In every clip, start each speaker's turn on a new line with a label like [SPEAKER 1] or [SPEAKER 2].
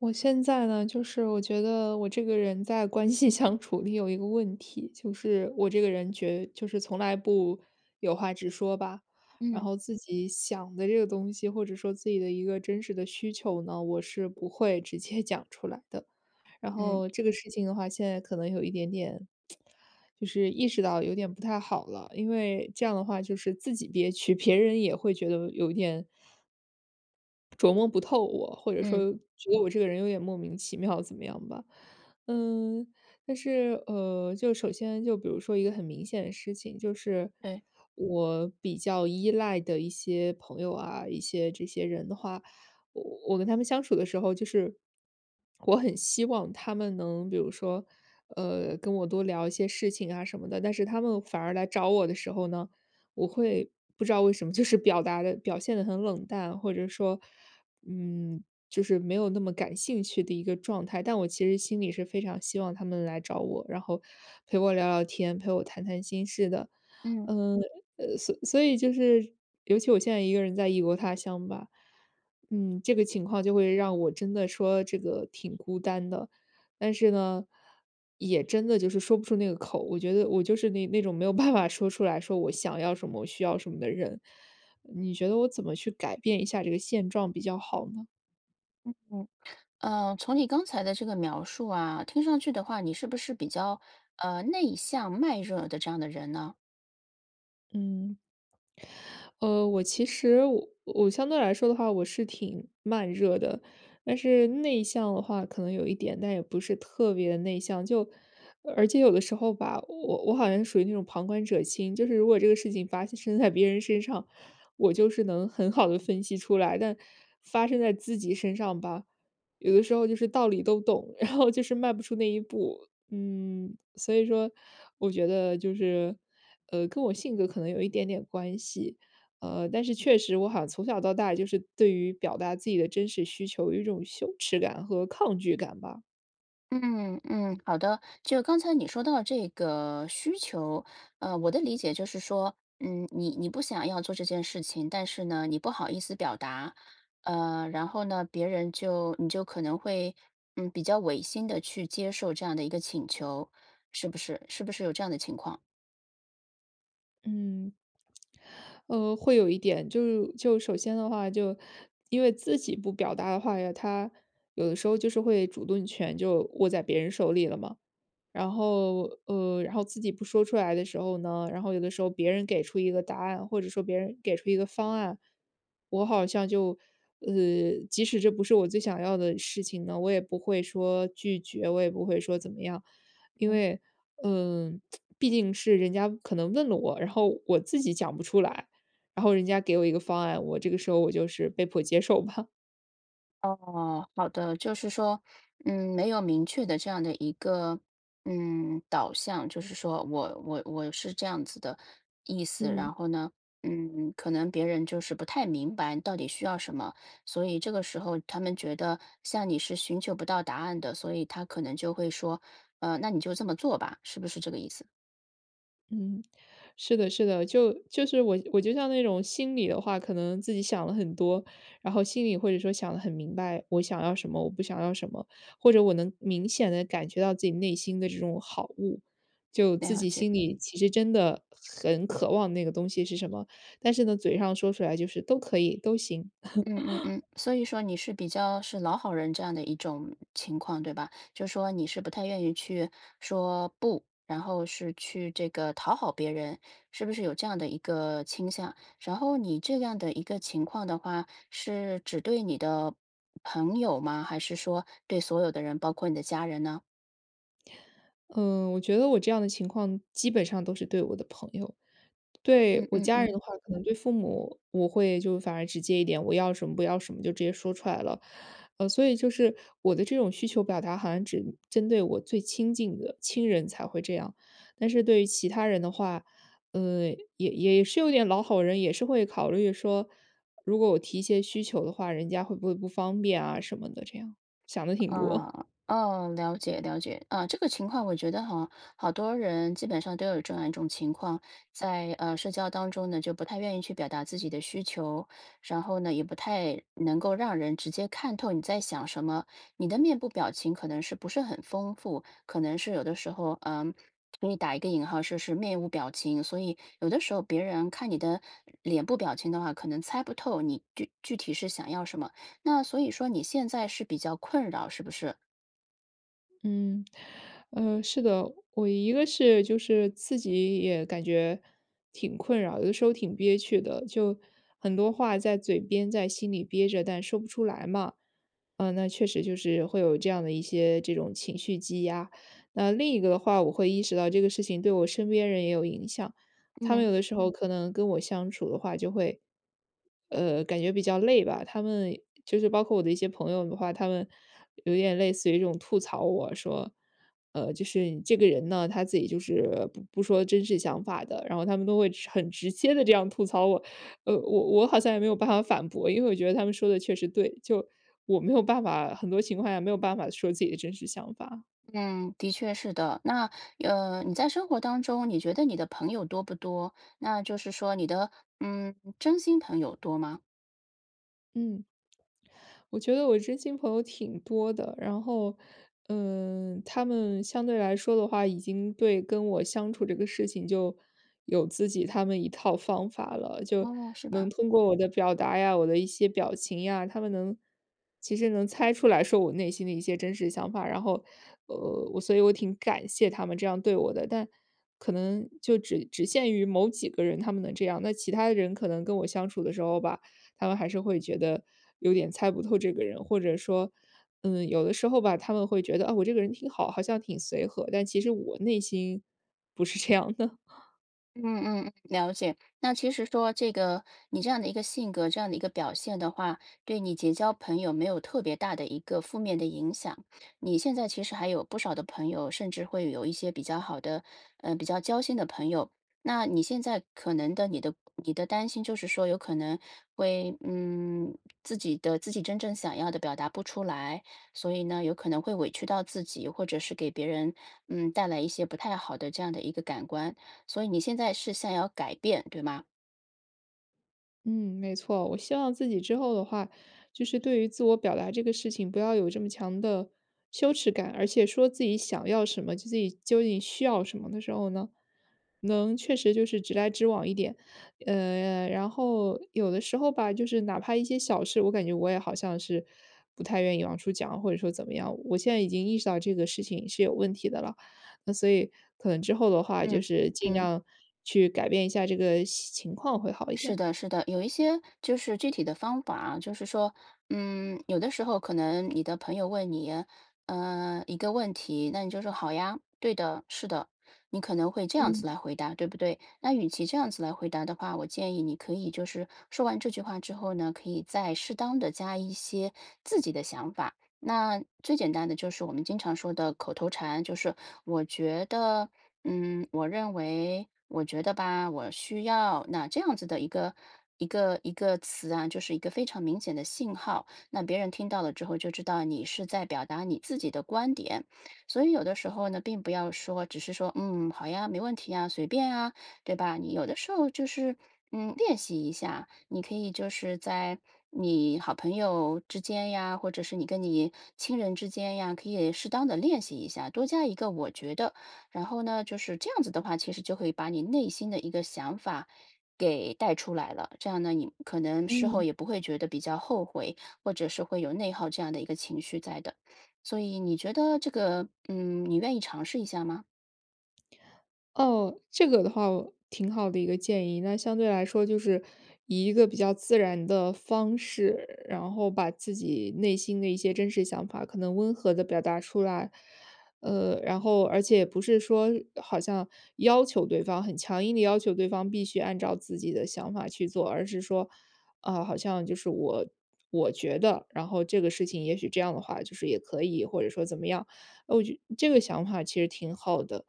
[SPEAKER 1] 我现在呢，就是我觉得我这个人在关系相处里有一个问题，就是我这个人就是从来不有话直说吧，然
[SPEAKER 2] 嗯
[SPEAKER 1] 后自己想的这个东西，或者说自己的一个真实的需求呢，我是不会直接 讲出来的。然
[SPEAKER 2] 嗯
[SPEAKER 1] 后这个事情的话，现在可能有一点点，就是意识到有点不太好了，因为这样的话就是自己憋屈，别人也会觉得有一点琢磨不透我，或者
[SPEAKER 2] 嗯，
[SPEAKER 1] 说觉得我这个人有点莫名其妙，怎么样吧？嗯，但是就首先就比如说一个很明显的事情，就是
[SPEAKER 2] 对，
[SPEAKER 1] 我比较依赖的一些朋友啊，一些这些人的话，我我跟他们相处的时候，就是我很希望他们能，比如说跟我多聊一些事情啊什么的，但是他们反而来找我的时候呢，我会不知道为什么，就是表达的表现的很冷淡，或者说，嗯，就是没有那么感兴趣的一个状态。但我其实心里是非常希望他们来找我，然后陪我聊聊天，陪我谈谈心事的。
[SPEAKER 2] 嗯，
[SPEAKER 1] 嗯。所以就是,尤其我现在一个人在异国他乡吧，嗯，这个情况就会让我真的说这个挺孤单的。但是呢，也真的就是说不出那个口。我觉得我就是那种没有办法说出来说我想要什么，我需要什么的人。你觉得我怎么去改变一下这个现状比较好呢？
[SPEAKER 2] 从你刚才的这个描述啊，听上去的话，你是不是比较内向、慢热的这样的人呢？
[SPEAKER 1] 嗯。我其实我相对来说的话，我是挺慢热的，但是内向的话可能有一点，但也不是特别的内向。就而且有的时候吧，我好像属于那种旁观者清，就是如果这个事情发生在别人身上，我就是能很好的分析出来，但发生在自己身上吧，有的时候就是道理都懂，然后就是迈不出那一步。嗯，所以说我觉得就是，跟我性格可能有一点点关系。但是确实我好像从小到大就是对于表达自己的真实需求有一种羞耻感和抗拒感吧。
[SPEAKER 2] 嗯嗯，好的。就刚才你说到这个需求，我的理解就是说，嗯，你不想要做这件事情，但是呢，你不好意思表达，然后呢，别人就你就可能会嗯比较违心的去接受这样的一个请求，是不是？是不是有这样的情况？
[SPEAKER 1] 嗯。会有一点，就是就首先的话就，因为自己不表达的话呀，他有的时候就是会主动权就握在别人手里了嘛。然后，然后自己不说出来的时候呢，然后有的时候别人给出一个答案，或者说别人给出一个方案，我好像就，即使这不是我最想要的事情呢，我也不会说拒绝，我也不会说怎么样，因为，嗯、毕竟是人家可能问了我，然后我自己讲不出来，然后人家给我一个方案，我这个时候我就是被迫接受吧。
[SPEAKER 2] 哦，好的，就是说，嗯，没有明确的这样的一个，嗯，导向，就是说我是这样子的意思，然
[SPEAKER 1] 嗯。
[SPEAKER 2] 后呢，嗯，可能别人就是不太明白到底需要什么，所以这个时候他们觉得像你是寻求不到答案的，所以他可能就会说，那你就这么做吧，是不是这个意思？
[SPEAKER 1] 嗯，是的，是的，就就是我就像那种心里的话，可能自己想了很多，然后心里或者说想的很明白，我想要什么，我不想要什么，或者我能明显的感觉到自己内心的这种好物，就自
[SPEAKER 2] 了
[SPEAKER 1] 己
[SPEAKER 2] 解。
[SPEAKER 1] 心里其实真的很渴望那个东西是什么，但是呢，嘴上说出来就是都可以，都行。
[SPEAKER 2] 嗯嗯嗯，所以说你是比较是老好人这样的一种情况，对吧？就说你是不太愿意去说不，然后是去这个讨好别人，是不是有这样的一个倾向？然后你这样的一个情况的话，是只对你的朋友吗？还是说对所有的人，包括你的家人呢？
[SPEAKER 1] 嗯，我觉得我这样的情况基本上都是对我的朋友。
[SPEAKER 2] 嗯
[SPEAKER 1] 对我
[SPEAKER 2] 嗯
[SPEAKER 1] 家人
[SPEAKER 2] 嗯。
[SPEAKER 1] 的话，可能对父母我会就反而直接一点，我要什么不要什么就直接说出来了。所以就是我的这种需求表达好像只针对我最亲近的亲人才会这样，但是对于其他人的话，呃，也也是有点老好人，也是会考虑说，如果我提一些需求的话，人家会不会不方便啊什么的，这样想的挺多。
[SPEAKER 2] 啊，哦，了解了解，啊，这个情况我觉得哈，好多人基本上都有这样一种情况，在社交当中呢，就不太愿意去表达自己的需求，然后呢，也不太能够让人直接看透你在想什么，你的面部表情可能是不是很丰富，可能是有的时候，嗯。给你打一个引号，就是面无表情，所以有的时候别人看你的脸部表情的话，可能猜不透你具体是想要什么。那所以说你现在是比较困扰，是不是？
[SPEAKER 1] 嗯。是的，我一个是就是自己也感觉挺困扰，有的时候挺憋屈的，就很多话在嘴边，在心里憋着，但说不出来嘛。那确实就是会有这样的一些这种情绪积压。那另一个的话，我会意识到这个事情对我身边人也有影响，他们
[SPEAKER 2] 嗯。
[SPEAKER 1] 有的时候可能跟我相处的话，就会，感觉比较累吧。他们就是包括我的一些朋友的话，他们有点类似于这种吐槽我说，就是你这个人呢，他自己就是不说真实想法的，然后他们都会直很直接的这样吐槽我，我好像也没有办法反驳，因为我觉得他们说的确实对，就我没有办法，很多情况下没有办法说自己的真实想法。
[SPEAKER 2] 嗯，的确是的。那，你在生活当中，你觉得你的朋友多不多？那就是说你的，嗯，真心朋友多吗？
[SPEAKER 1] 嗯。我觉得我真心朋友挺多的，然后，嗯，他们相对来说的话，已经对跟我相处这个事情就有自己他们一套方法了，就
[SPEAKER 2] 哦，是
[SPEAKER 1] 能
[SPEAKER 2] 吧？
[SPEAKER 1] 通过我的表达呀，我的一些表情呀，他们能其实能猜出来说我内心的一些真实想法，然后，我所以我挺感谢他们这样对我的，但可能就只限于某几个人他们能这样，那其他的人可能跟我相处的时候吧。他们还是会觉得有点猜不透这个人，或者说，嗯，有的时候吧，他们会觉得啊，我这个人挺好，好像挺随和，但其实我内心不是这样的。
[SPEAKER 2] 嗯嗯嗯，了解。那其实说这个你这样的一个性格，这样的一个表现的话，对你结交朋友没有特别大的一个负面的影响。你现在其实还有不少的朋友，甚至会有一些比较好的，比较交心的朋友。那你现在可能的你的担心就是说，有可能会嗯自己的自己真正想要的表达不出来，所以呢，有可能会委屈到自己，或者是给别人嗯带来一些不太好的这样的一个感官。所以你现在是想要改变，对吗？
[SPEAKER 1] 嗯，没错，我希望自己之后的话，就是对于自我表达这个事情，不要有这么强的羞耻感，而且说自己想要什么，就自己究竟需要什么的时候呢，能确实就是直来直往一点。然后有的时候吧，就是哪怕一些小事，我感觉我也好像是不太愿意往出讲，或者说怎么样。我现在已经意识到这个事情是有问题的了，那所以可能之后的话，
[SPEAKER 2] 嗯
[SPEAKER 1] 就是尽
[SPEAKER 2] 嗯，
[SPEAKER 1] 量去改变一下这个情况会好一点
[SPEAKER 2] 是
[SPEAKER 1] 吧。
[SPEAKER 2] 的，是的，有一些就是具体的方法啊，就是说，嗯，有的时候可能你的朋友问你，一个问题，那你就说好呀，对的，是的，你可能会这样
[SPEAKER 1] 嗯。
[SPEAKER 2] 子来回答，对不对？那与其这样子来回答的话，我建议你可以就是说完这句话之后呢，可以再适当的加一些自己的想法。那最简单的就是我们经常说的口头禅，就是我觉得。嗯，我认为，我觉得吧，我需要那这样子的一个一个词啊，就是一个非常明显的信号，那别人听到了之后就知道你是在表达你自己的观点，所以有的时候呢，并不要说，只是说，嗯，好呀，没问题呀，随便啊，对吧？你有的时候就是，嗯，练习一下，你可以就是在你好朋友之间呀，或者是你跟你亲人之间呀，可以适当的练习一下，多加一个我觉得。然后呢，就是这样子的话，其实就可以把你内心的一个想法给带出来了。这样呢，你可能事后
[SPEAKER 1] 嗯，
[SPEAKER 2] 也不会觉得比较后悔，或者是会有内耗这样的一个情绪在的。所以你觉得这个，嗯，你愿意尝试一下吗？
[SPEAKER 1] 哦，这个的话挺好的一个建议。那相对来说，就是以一个比较自然的方式，然后把自己内心的一些真实想法，可能温和的表达出来。然后而且不是说好像要求对方很强硬的要求对方必须按照自己的想法去做，而是说，啊，好像就是我觉得，然后这个事情也许这样的话，就是也可以，或者说怎么样。呃，我觉这个想法其实挺好的。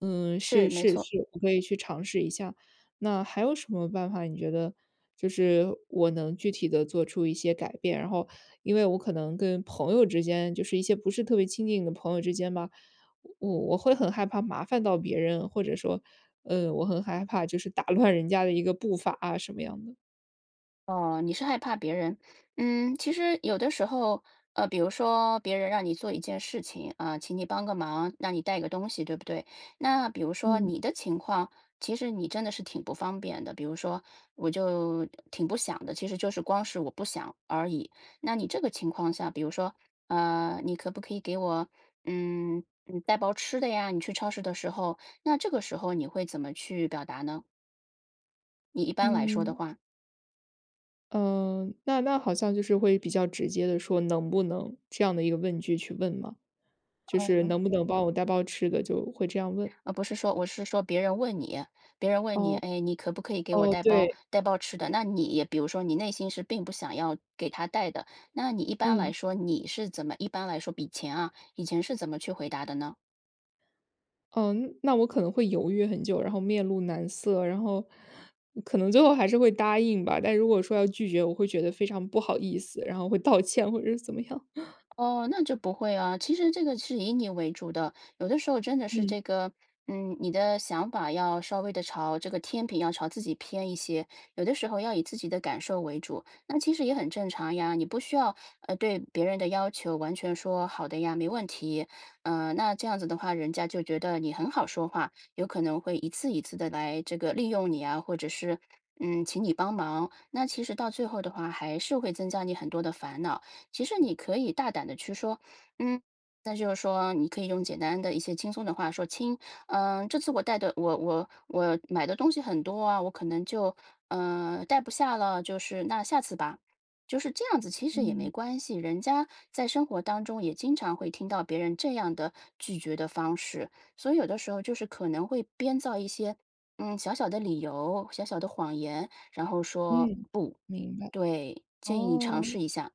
[SPEAKER 1] 嗯，
[SPEAKER 2] 是，
[SPEAKER 1] 是
[SPEAKER 2] 没
[SPEAKER 1] 是
[SPEAKER 2] 错。
[SPEAKER 1] 是，我可以去尝试一下。那还有什么办法你觉得就是我能具体的做出一些改变？然后因为我可能跟朋友之间就是一些不是特别亲近的朋友之间吧，我会很害怕麻烦到别人，或者说，嗯，我很害怕就是打乱人家的一个步伐啊，什么样的。
[SPEAKER 2] 哦，你是害怕别人，嗯，其实有的时候，比如说别人让你做一件事情啊，请你帮个忙，让你带个东西，对不对？那比如说
[SPEAKER 1] 嗯。
[SPEAKER 2] 你的情况，其实你真的是挺不方便的。比如说，我就挺不想的，其实就是光是我不想而已。那你这个情况下，比如说，你可不可以给我，嗯嗯，带包吃的呀？你去超市的时候，那这个时候你会怎么去表达呢？你一般来说的
[SPEAKER 1] 嗯。
[SPEAKER 2] 话，
[SPEAKER 1] 嗯，那好像就是会比较直接的说能不能这样的一个问句去问吗？就是
[SPEAKER 2] 嗯。
[SPEAKER 1] 能不能帮我带包吃的，就会这样问。
[SPEAKER 2] 不是说我是说别人问你，别人问你，
[SPEAKER 1] 哦，
[SPEAKER 2] 哎，你可不可以给我
[SPEAKER 1] 哦，对。
[SPEAKER 2] 带包吃的？那你比如说你内心是并不想要给他带的，那你一般来
[SPEAKER 1] 嗯，
[SPEAKER 2] 说你是怎么一般来说比前啊，以前是怎么去回答的呢？
[SPEAKER 1] 嗯，那我可能会犹豫很久，然后面露难色，然后可能最后还是会答应吧，但如果说要拒绝，我会觉得非常不好意思，然后会道歉或者是怎么样。
[SPEAKER 2] 哦，那就不会啊。其实这个是以你为主的，有的时候真的是
[SPEAKER 1] 嗯，
[SPEAKER 2] 这个，嗯，你的想法要稍微的朝这个天平要朝自己偏一些，有的时候要以自己的感受为主，那其实也很正常呀。你不需要对别人的要求完全说好的呀，没问题，嗯、那这样子的话，人家就觉得你很好说话，有可能会一次一次的来这个利用你啊，或者是嗯请你帮忙，那其实到最后的话，还是会增加你很多的烦恼。其实你可以大胆的去说，嗯，那就是说你可以用简单的一些轻松的话说，亲，嗯、这次我带的我买的东西很多啊，我可能就嗯带不下了，就是那下次吧。就是这样子，其实也没关系。人家在生活当中也经常会听到别人这样的拒绝的方式，所以有的时候就是可能会编造一些嗯小小的理由、小小的谎言，然后说
[SPEAKER 1] 嗯，
[SPEAKER 2] 不，
[SPEAKER 1] 明白，
[SPEAKER 2] 对，建议你尝
[SPEAKER 1] 哦。
[SPEAKER 2] 试一下。